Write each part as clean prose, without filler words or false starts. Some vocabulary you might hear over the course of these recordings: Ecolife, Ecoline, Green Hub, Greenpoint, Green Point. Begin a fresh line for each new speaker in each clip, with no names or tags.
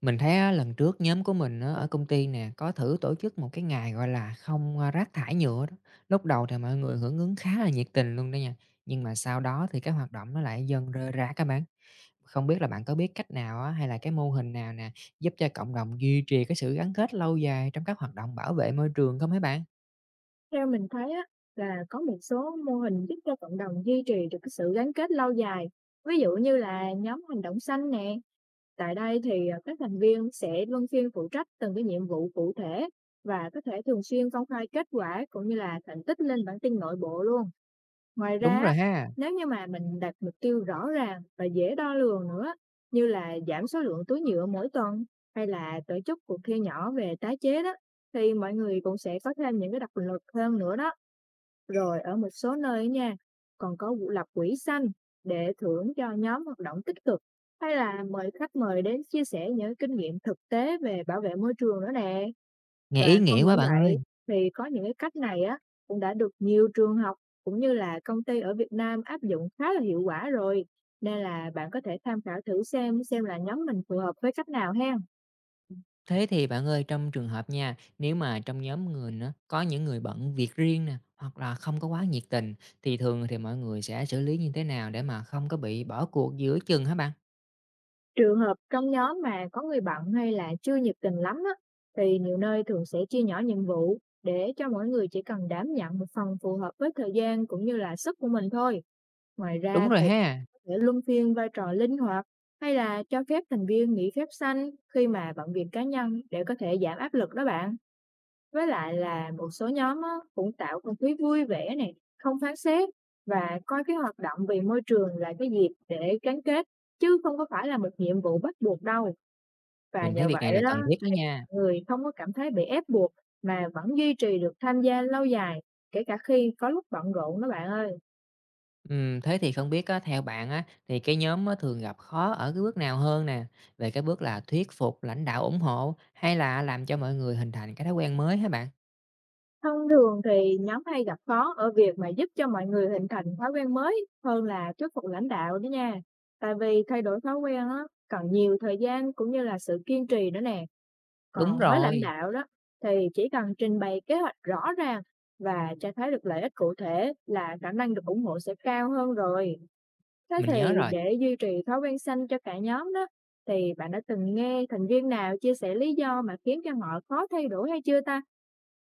Mình thấy á, lần trước nhóm của mình á, ở công ty nè có thử tổ chức một cái ngày gọi là không à, rác thải nhựa đó. Lúc đầu thì mọi người hưởng ứng khá là nhiệt tình luôn đó nha. Nhưng mà sau đó thì cái hoạt động nó lại dần rơi rã các bạn. Không biết là bạn có biết cách nào á, hay là cái mô hình nào nè giúp cho cộng đồng duy trì cái sự gắn kết lâu dài trong các hoạt động bảo vệ môi trường không mấy bạn?
Theo mình thấy á, là có một số mô hình giúp cho cộng đồng duy trì được cái sự gắn kết lâu dài. Ví dụ như là nhóm hành động xanh nè. Tại đây thì à, các thành viên sẽ luân phiên phụ trách từng cái nhiệm vụ cụ thể và có thể thường xuyên công khai kết quả cũng như là thành tích lên bản tin nội bộ luôn. Ngoài ra,
Đúng
á,
rồi ha.
nếu như mà mình đặt mục tiêu rõ ràng và dễ đo lường nữa, như là giảm số lượng túi nhựa mỗi tuần hay là tổ chức cuộc thi nhỏ về tái chế đó, thì mọi người cũng sẽ có thêm những cái động lực hơn nữa đó. Rồi ở một số nơi á nha, còn có vụ lập quỹ xanh để thưởng cho nhóm hoạt động tích cực hay là mời khách mời đến chia sẻ những kinh nghiệm thực tế về bảo vệ môi trường nữa nè.
Nghe ý
Và không
nghĩa quá
những
bạn
vậy
ơi.
thì có những cái cách này á cũng đã được nhiều trường học cũng như là công ty ở Việt Nam áp dụng khá là hiệu quả rồi. Nên là bạn có thể tham khảo thử xem là nhóm mình phù hợp với cách nào ha.
Thế thì bạn ơi, trong trường hợp nha, nếu mà trong nhóm người nó có những người bận việc riêng nè, hoặc là không có quá nhiệt tình thì thường thì mọi người sẽ xử lý như thế nào để mà không có bị bỏ cuộc giữa chừng hả bạn?
Trường hợp trong nhóm mà có người bận hay là chưa nhiệt tình lắm á, thì nhiều nơi thường sẽ chia nhỏ nhiệm vụ để cho mỗi người chỉ cần đảm nhận một phần phù hợp với thời gian cũng như là sức của mình thôi. Ngoài
Đúng
ra
rồi
thì
ha,
có thể luân phiên vai trò linh hoạt hay là cho phép thành viên nghỉ phép xanh khi mà bận việc cá nhân để có thể giảm áp lực đó bạn. Với lại là một số nhóm á, cũng tạo không khí vui vẻ này, không phán xét và coi cái hoạt động vì môi trường là cái dịp để gắn kết chứ không có phải là một nhiệm vụ bắt buộc đâu. Và
mình thấy
nhờ
việc này
vậy
là
đó
cần thiết đó
thì
nha.
người không có cảm thấy bị ép buộc mà vẫn duy trì được tham gia lâu dài, kể cả khi có lúc bận rộn đó bạn ơi.
Thế thì không biết á, theo bạn á, thì cái nhóm á, thường gặp khó ở cái bước nào hơn nè? Về cái bước là thuyết phục lãnh đạo ủng hộ hay là làm cho mọi người hình thành cái thói quen mới hả bạn?
Thông thường thì nhóm hay gặp khó ở việc mà giúp cho mọi người hình thành thói quen mới hơn là thuyết phục lãnh đạo đó nha. Tại vì thay đổi thói quen á, cần nhiều thời gian cũng như là sự kiên trì nữa nè.
Đúng
Còn với lãnh
rồi,
đạo đó thì chỉ cần trình bày kế hoạch rõ ràng và cho thấy được lợi ích cụ thể là khả năng được ủng hộ sẽ cao hơn rồi. Thế
mình nhớ
thì
rồi.
để duy trì thói quen xanh cho cả nhóm đó, thì bạn đã từng nghe thành viên nào chia sẻ lý do mà khiến cho họ khó thay đổi hay chưa ta?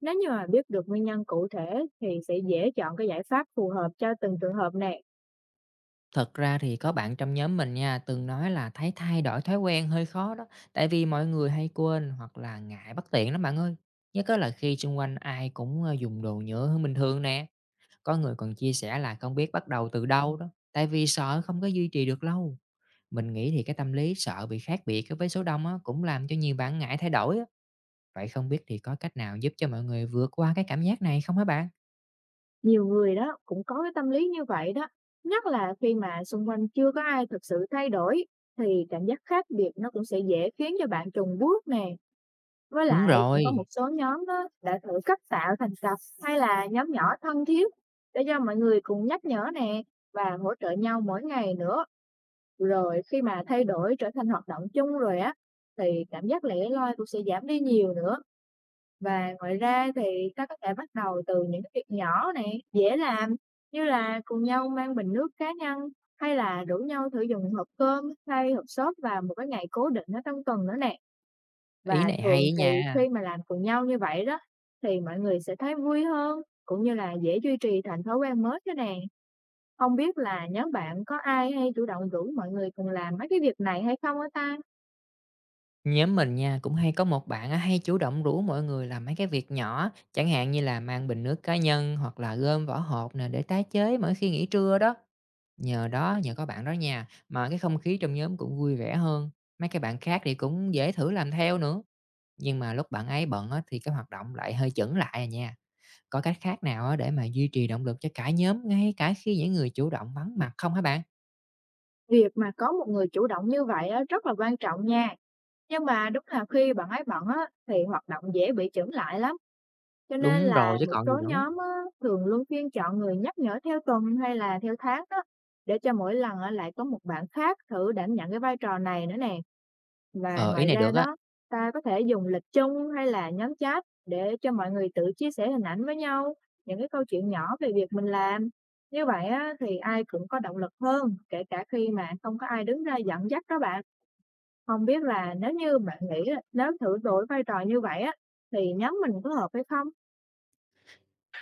Nếu như mà biết được nguyên nhân cụ thể thì sẽ dễ chọn cái giải pháp phù hợp cho từng trường hợp này.
Thật ra thì có bạn trong nhóm mình nha, từng nói là thấy thay đổi thói quen hơi khó đó, tại vì mọi người hay quên hoặc là ngại bất tiện lắm bạn ơi. Nhất á là khi xung quanh ai cũng dùng đồ nhựa hơn bình thường nè, có người còn chia sẻ là không biết bắt đầu từ đâu đó, tại vì sợ không có duy trì được lâu. Mình nghĩ thì cái tâm lý sợ bị khác biệt á với số đông á, cũng làm cho nhiều bạn ngại thay đổi á. Vậy không biết thì có cách nào giúp cho mọi người vượt qua cái cảm giác này không hả bạn?
Nhiều người đó cũng có cái tâm lý như vậy đó. Nhất là khi mà xung quanh chưa có ai thực sự thay đổi thì cảm giác khác biệt nó cũng sẽ dễ khiến cho bạn chùn bước nè. Với
Đúng
lại cũng có một
rồi,
số nhóm á, đã thử cách tạo thành cặp hay là nhóm nhỏ thân thiết để cho mọi người cùng nhắc nhở nè và hỗ trợ nhau mỗi ngày nữa. Rồi khi mà thay đổi trở thành hoạt động chung rồi á thì cảm giác lẻ loi cũng sẽ giảm đi nhiều nữa. Và ngoài ra thì ta có thể bắt đầu từ những cái việc nhỏ này dễ làm như là cùng nhau mang bình nước cá nhân hay là rủ nhau thử dùng hộp cơm hay hộp xốp vào một cái ngày cố định ở trong tuần nữa nè,
ý
và
này
thường
hay á
thì
nha.
khi mà làm cùng nhau như vậy đó, thì mọi người sẽ thấy vui hơn, cũng như là dễ duy trì thành thói quen mới thế nè. Không biết là nhóm bạn có ai hay chủ động rủ mọi người cùng làm mấy cái việc này hay không á ta?
Nhóm mình nha, cũng hay có một bạn á, hay chủ động rủ mọi người làm mấy cái việc nhỏ, chẳng hạn như là mang bình nước cá nhân hoặc là gom vỏ hộp nè để tái chế mỗi khi nghỉ trưa đó. Nhờ có bạn đó nha, mà cái không khí trong nhóm cũng vui vẻ hơn. Mấy cái bạn khác thì cũng dễ thử làm theo nữa. Nhưng mà lúc bạn ấy bận á, thì cái hoạt động lại hơi chững lại à nha. Có cách khác nào á, để mà duy trì động lực cho cả nhóm ngay cả khi những người chủ động vắng mặt không hả bạn?
Việc mà có một người chủ động như vậy á, rất là quan trọng nha. Nhưng mà đúng là khi bạn ấy bận á, thì hoạt động dễ bị chững lại lắm. Cho nên
Đúng rồi
là
chứ
một
còn gì
số
nữa.
nhóm á, thường luôn phiên chọn người nhắc nhở theo tuần hay là theo tháng đó, để cho mỗi lần á, lại có một bạn khác thử đảm nhận cái vai trò này nữa nè. Và
Ờ, Ý
ngoài
này
ra
được á.
đó, ta có thể dùng lịch chung hay là nhóm chat để cho mọi người tự chia sẻ hình ảnh với nhau, những cái câu chuyện nhỏ về việc mình làm. Như vậy á, thì ai cũng có động lực hơn, kể cả khi mà không có ai đứng ra dẫn dắt đó bạn. Không biết là nếu như bạn nghĩ á, nếu thử đổi vai trò như vậy á, thì nhóm mình có hợp hay không?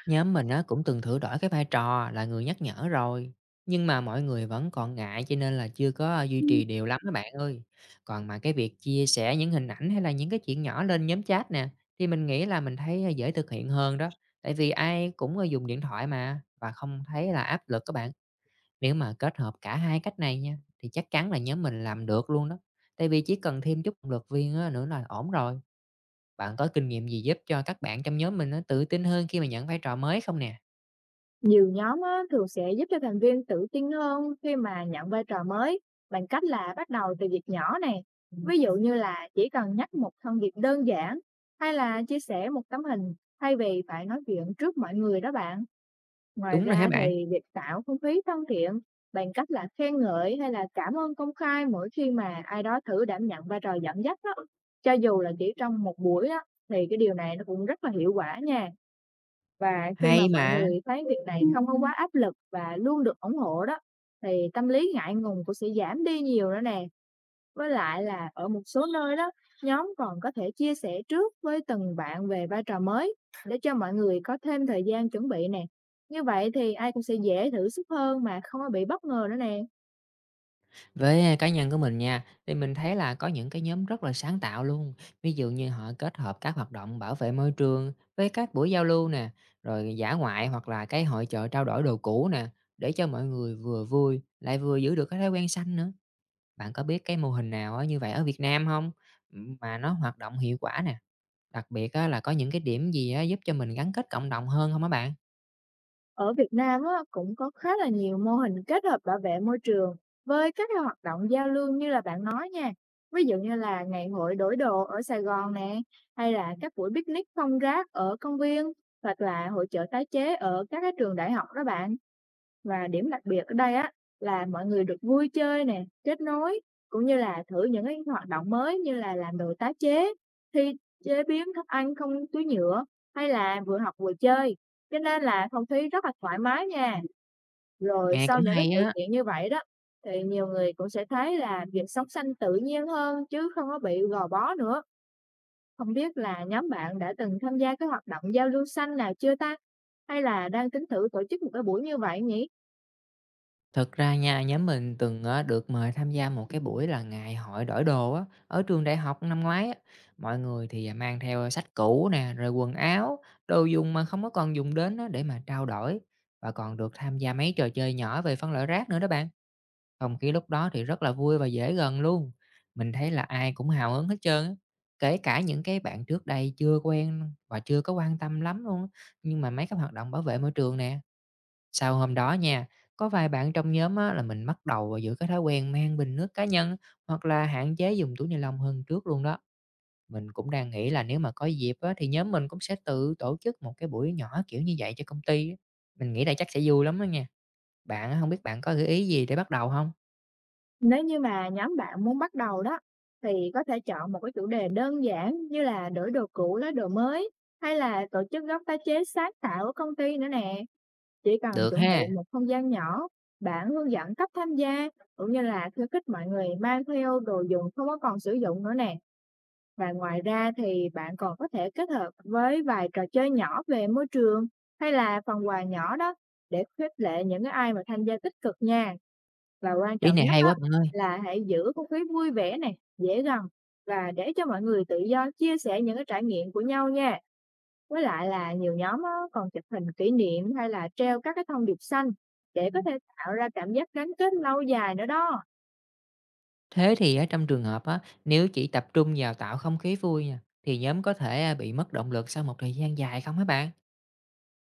Nhóm mình á cũng từng thử đổi cái vai trò là người nhắc nhở rồi, nhưng mà mọi người vẫn còn ngại cho nên là chưa có à, duy trì đều lắm các bạn ơi. Còn mà cái việc chia sẻ những hình ảnh hay là những cái chuyện nhỏ lên nhóm chat nè, thì mình nghĩ là mình thấy à, dễ thực hiện hơn đó, tại vì ai cũng à, dùng điện thoại mà và không thấy là áp lực các bạn. Nếu mà kết hợp cả hai cách này nha, thì chắc chắn là nhóm mình làm được luôn đó. Tại vì chỉ cần thêm chút động lực viên á, nữa là ổn rồi. Bạn có kinh nghiệm gì giúp cho các bạn trong nhóm mình nó tự tin hơn khi mà nhận vai trò mới không nè?
Nhiều nhóm á, thường sẽ giúp cho thành viên tự tin hơn khi mà nhận vai trò mới bằng cách là bắt đầu từ việc nhỏ này. Ví dụ như là chỉ cần nhắc một thông điệp đơn giản hay là chia sẻ một tấm hình thay vì phải nói chuyện trước mọi người đó bạn. Ngoài
Đúng rồi hả
ra
bạn?
thì việc tạo không khí thân thiện bằng cách là khen ngợi hay là cảm ơn công khai mỗi khi mà ai đó thử đảm nhận vai trò dẫn dắt đó. Cho dù là chỉ trong một buổi đó thì cái điều này nó cũng rất là hiệu quả nha, và khi mà
Hay
mọi
mà!
người thấy việc này không có quá áp lực và luôn được ủng hộ đó, thì tâm lý ngại ngùng cũng sẽ giảm đi nhiều nữa nè. Với lại là ở một số nơi đó, nhóm còn có thể chia sẻ trước với từng bạn về vai trò mới để cho mọi người có thêm thời gian chuẩn bị nè. Như vậy thì ai cũng sẽ dễ thử sức hơn mà không có bị bất ngờ nữa nè.
Với, cá nhân của mình nha, thì mình thấy là có những cái nhóm rất là sáng tạo luôn, ví dụ như họ kết hợp các hoạt động bảo vệ môi trường với các buổi giao lưu nè, rồi dã ngoại hoặc là cái hội chợ trao đổi đồ cũ nè, để cho mọi người vừa vui lại vừa giữ được cái thói quen xanh nữa. Bạn có biết cái mô hình nào á như vậy ở Việt Nam không? Mà nó hoạt động hiệu quả nè, đặc biệt á là có những cái điểm gì á giúp cho mình gắn kết cộng đồng hơn không hả bạn?
Ở Việt Nam á, cũng có khá là nhiều mô hình kết hợp bảo vệ môi trường với các cái hoạt động giao lưu như là bạn nói nha. Ví dụ như là ngày hội đổi đồ ở Sài Gòn nè, hay là các buổi picnic không rác ở công viên, hoặc là hội chợ tái chế ở các cái trường đại học đó bạn. Và điểm đặc biệt ở đây á là mọi người được vui chơi nè, kết nối cũng như là thử những cái hoạt động mới như là làm đồ tái chế, thi chế biến thức ăn không túi nhựa hay là vừa học vừa chơi. Cho nên là không khí rất là thoải mái nha. Rồi
Nghe
sau
cũng
những cái
hay
sự
á.
kiện như vậy đó, thì nhiều người cũng sẽ thấy là việc sống xanh tự nhiên hơn chứ không có bị gò bó nữa. Không biết là nhóm bạn đã từng tham gia cái hoạt động giao lưu xanh nào chưa ta? Hay là đang tính thử tổ chức một cái buổi như vậy nhỉ?
Thật ra nha, nhóm mình từng được mời tham gia một cái buổi là ngày hội đổi đồ á, ở trường đại học năm ngoái á. Mọi người thì mang theo sách cũ nè, rồi quần áo, đồ dùng mà không có còn dùng đến á, để mà trao đổi. Và còn được tham gia mấy trò chơi nhỏ về phân loại rác nữa đó bạn. Không khí lúc đó thì rất là vui và dễ gần luôn. Mình thấy là ai cũng hào hứng hết trơn á. Kể cả những cái bạn trước đây chưa quen và chưa có quan tâm lắm luôn á. Nhưng mà mấy cái hoạt động bảo vệ môi trường nè sau hôm đó nha, có vài bạn trong nhóm á, là mình bắt đầu vào giữa cái thói quen mang bình nước cá nhân hoặc là hạn chế dùng túi ni lông hơn trước luôn đó. Mình cũng đang nghĩ là nếu mà có dịp á, thì nhóm mình cũng sẽ tự tổ chức một cái buổi nhỏ kiểu như vậy cho công ty. Á. Mình nghĩ là chắc sẽ vui lắm đó nha. Bạn á, không biết bạn có gợi ý gì để bắt đầu không?
Nếu như mà nhóm bạn muốn bắt đầu đó, thì có thể chọn một cái chủ đề đơn giản như là đổi đồ cũ lấy đồ mới, hay là tổ chức góc tái chế sáng tạo ở công ty nữa nè. Chỉ cần
Được
chuẩn
ha,
bị một không gian nhỏ, bản hướng dẫn cách tham gia, cũng như là khuyến khích mọi người mang theo đồ dùng không có còn sử dụng nữa nè. Và ngoài ra thì bạn còn có thể kết hợp với vài trò chơi nhỏ về môi trường hay là phần quà nhỏ đó để khích lệ những cái ai mà tham gia tích cực nha. Và quan
ý
trọng
này
nhất
hay
á,
quá bạn ơi.
là hãy giữ không khí vui vẻ này dễ gần và để cho mọi người tự do chia sẻ những cái trải nghiệm của nhau nha. Với lại là nhiều nhóm á, còn chụp hình kỷ niệm hay là treo các cái thông điệp xanh để có thể tạo ra cảm giác gắn kết lâu dài nữa đó.
Thế thì á, trong trường hợp á, nếu chỉ tập trung vào tạo không khí vui nha, thì nhóm có thể à, bị mất động lực sau một thời gian dài không hả bạn?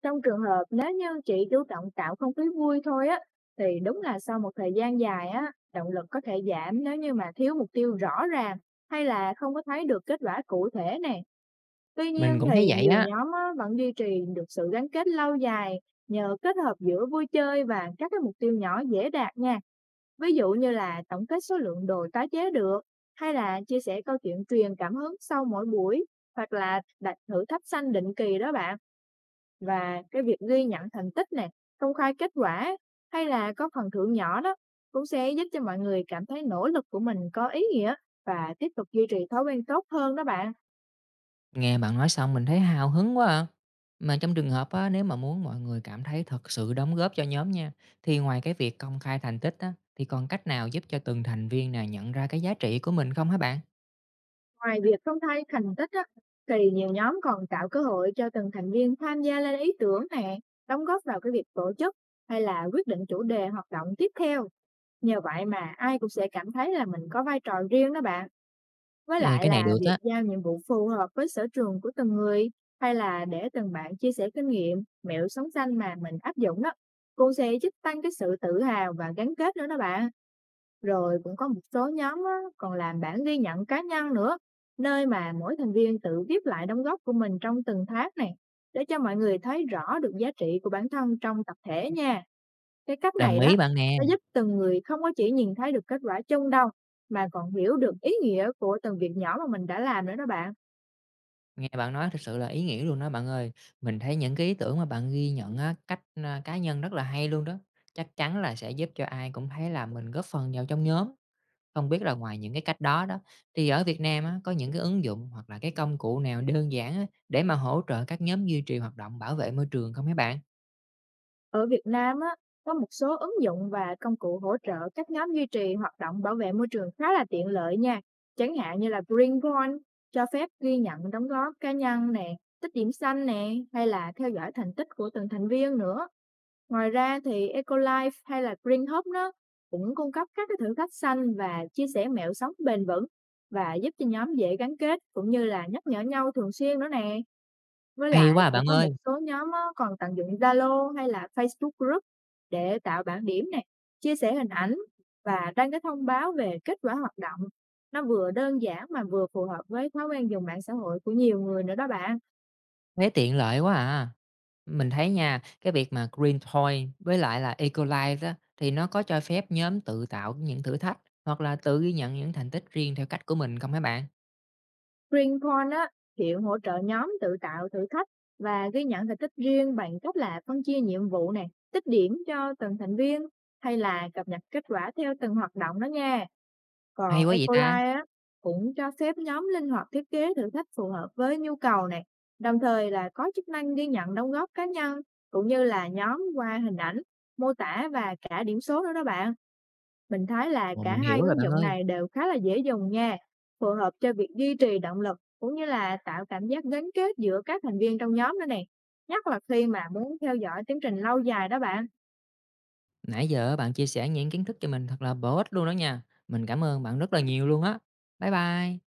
Trong trường hợp nếu như chị chủ động tạo không khí vui thôi á, thì đúng là sau một thời gian dài á, động lực có thể giảm nếu như mà thiếu mục tiêu rõ ràng hay là không có thấy được kết quả cụ thể nè. Tuy
Mình
nhiên
cũng thấy
thì
vậy
nhiều
á.
nhóm á, vẫn duy trì được sự gắn kết lâu dài nhờ kết hợp giữa vui chơi và các cái mục tiêu nhỏ dễ đạt nha. Ví dụ như là tổng kết số lượng đồ tái chế được, hay là chia sẻ câu chuyện truyền cảm hứng sau mỗi buổi, hoặc là đặt thử thách xanh định kỳ đó bạn. Và cái việc ghi nhận thành tích nè, công khai kết quả hay là có phần thưởng nhỏ đó cũng sẽ giúp cho mọi người cảm thấy nỗ lực của mình có ý nghĩa và tiếp tục duy trì thói quen tốt hơn đó bạn.
Nghe bạn nói xong mình thấy hào hứng quá à. Mà trong trường hợp á, nếu mà muốn mọi người cảm thấy thật sự đóng góp cho nhóm nha, thì ngoài cái việc công khai thành tích á, thì còn cách nào giúp cho từng thành viên nào nhận ra cái giá trị của mình không hả bạn?
Ngoài việc công khai thành tích á, thì nhiều nhóm còn tạo cơ hội cho từng thành viên tham gia lên ý tưởng nè, đóng góp vào cái việc tổ chức hay là quyết định chủ đề hoạt động tiếp theo. Nhờ vậy mà ai cũng sẽ cảm thấy là mình có vai trò riêng đó bạn. Với
Ê,
lại
cái này
là
được
việc
á,
giao nhiệm vụ phù hợp với sở trường của từng người hay là để từng bạn chia sẻ kinh nghiệm, mẹo sống xanh mà mình áp dụng đó, cũng sẽ giúp tăng cái sự tự hào và gắn kết nữa đó bạn. Rồi cũng có một số nhóm á, còn làm bản ghi nhận cá nhân nữa, nơi mà mỗi thành viên tự viết lại đóng góp của mình trong từng tháng này, để cho mọi người thấy rõ được giá trị của bản thân trong tập thể nha. Cái cách
đồng
này đó,
ý bạn nè.
nó giúp từng người không có chỉ nhìn thấy được kết quả chung đâu, mà còn hiểu được ý nghĩa của từng việc nhỏ mà mình đã làm nữa đó bạn.
Nghe bạn nói thật sự là ý nghĩa luôn đó bạn ơi. Mình thấy những cái ý tưởng mà bạn ghi nhận á, cách à, cá nhân rất là hay luôn đó. Chắc chắn là sẽ giúp cho ai cũng thấy là mình góp phần vào trong nhóm. Không biết là ngoài những cái cách đó đó, thì ở Việt Nam á, có những cái ứng dụng hoặc là cái công cụ nào đơn giản á, để mà hỗ trợ các nhóm duy trì hoạt động bảo vệ môi trường không hả bạn?
Ở Việt Nam á, có một số ứng dụng và công cụ hỗ trợ các nhóm duy trì hoạt động bảo vệ môi trường khá là tiện lợi nha. Chẳng hạn như là Greenpoint cho phép ghi nhận đóng góp cá nhân nè, tích điểm xanh nè, hay là theo dõi thành tích của từng thành viên nữa. Ngoài ra thì Ecolife hay là Green Hub đó cũng cung cấp các cái thử thách xanh và chia sẻ mẹo sống bền vững, và giúp cho nhóm dễ gắn kết cũng như là nhắc nhở nhau thường xuyên nữa nè. Với
Hay
lại
quá à
còn
bạn
có một
ơi,
số nhóm á còn tận dụng Zalo hay là Facebook Group để tạo bảng điểm nè, chia sẻ hình ảnh và đăng cái thông báo về kết quả hoạt động. Nó vừa đơn giản mà vừa phù hợp với thói quen dùng mạng xã hội của nhiều người nữa đó bạn.
thế tiện lợi quá à. Mình thấy nha, cái việc mà Green Point với lại là Ecolife đó, thì nó có cho phép nhóm tự tạo những thử thách hoặc là tự ghi nhận những thành tích riêng theo cách của mình không hả bạn?
Greenpoint á, hiện hỗ trợ nhóm tự tạo thử thách và ghi nhận thành tích riêng bằng cách là phân chia nhiệm vụ nè, tích điểm cho từng thành viên hay là cập nhật kết quả theo từng hoạt động đó nha.
Hay
Còn
quá vậy ta?
Ecoline á, cũng cho phép nhóm linh hoạt thiết kế thử thách phù hợp với nhu cầu này, đồng thời là có chức năng ghi nhận đóng góp cá nhân cũng như là nhóm qua hình ảnh, mô tả và cả điểm số nữa đó bạn. Mình thấy là
Ồ,
cả
mình
hai
hiểu rồi
ứng
bạn
dụng
ơi.
này đều khá là dễ dùng nha, phù hợp cho việc duy trì động lực cũng như là tạo cảm giác gắn kết giữa các thành viên trong nhóm nữa nè. Nhất là khi mà muốn theo dõi tiến trình lâu dài đó bạn.
Nãy giờ bạn chia sẻ những kiến thức cho mình thật là bổ ích luôn đó nha. Mình cảm ơn bạn rất là nhiều luôn á. Bye bye.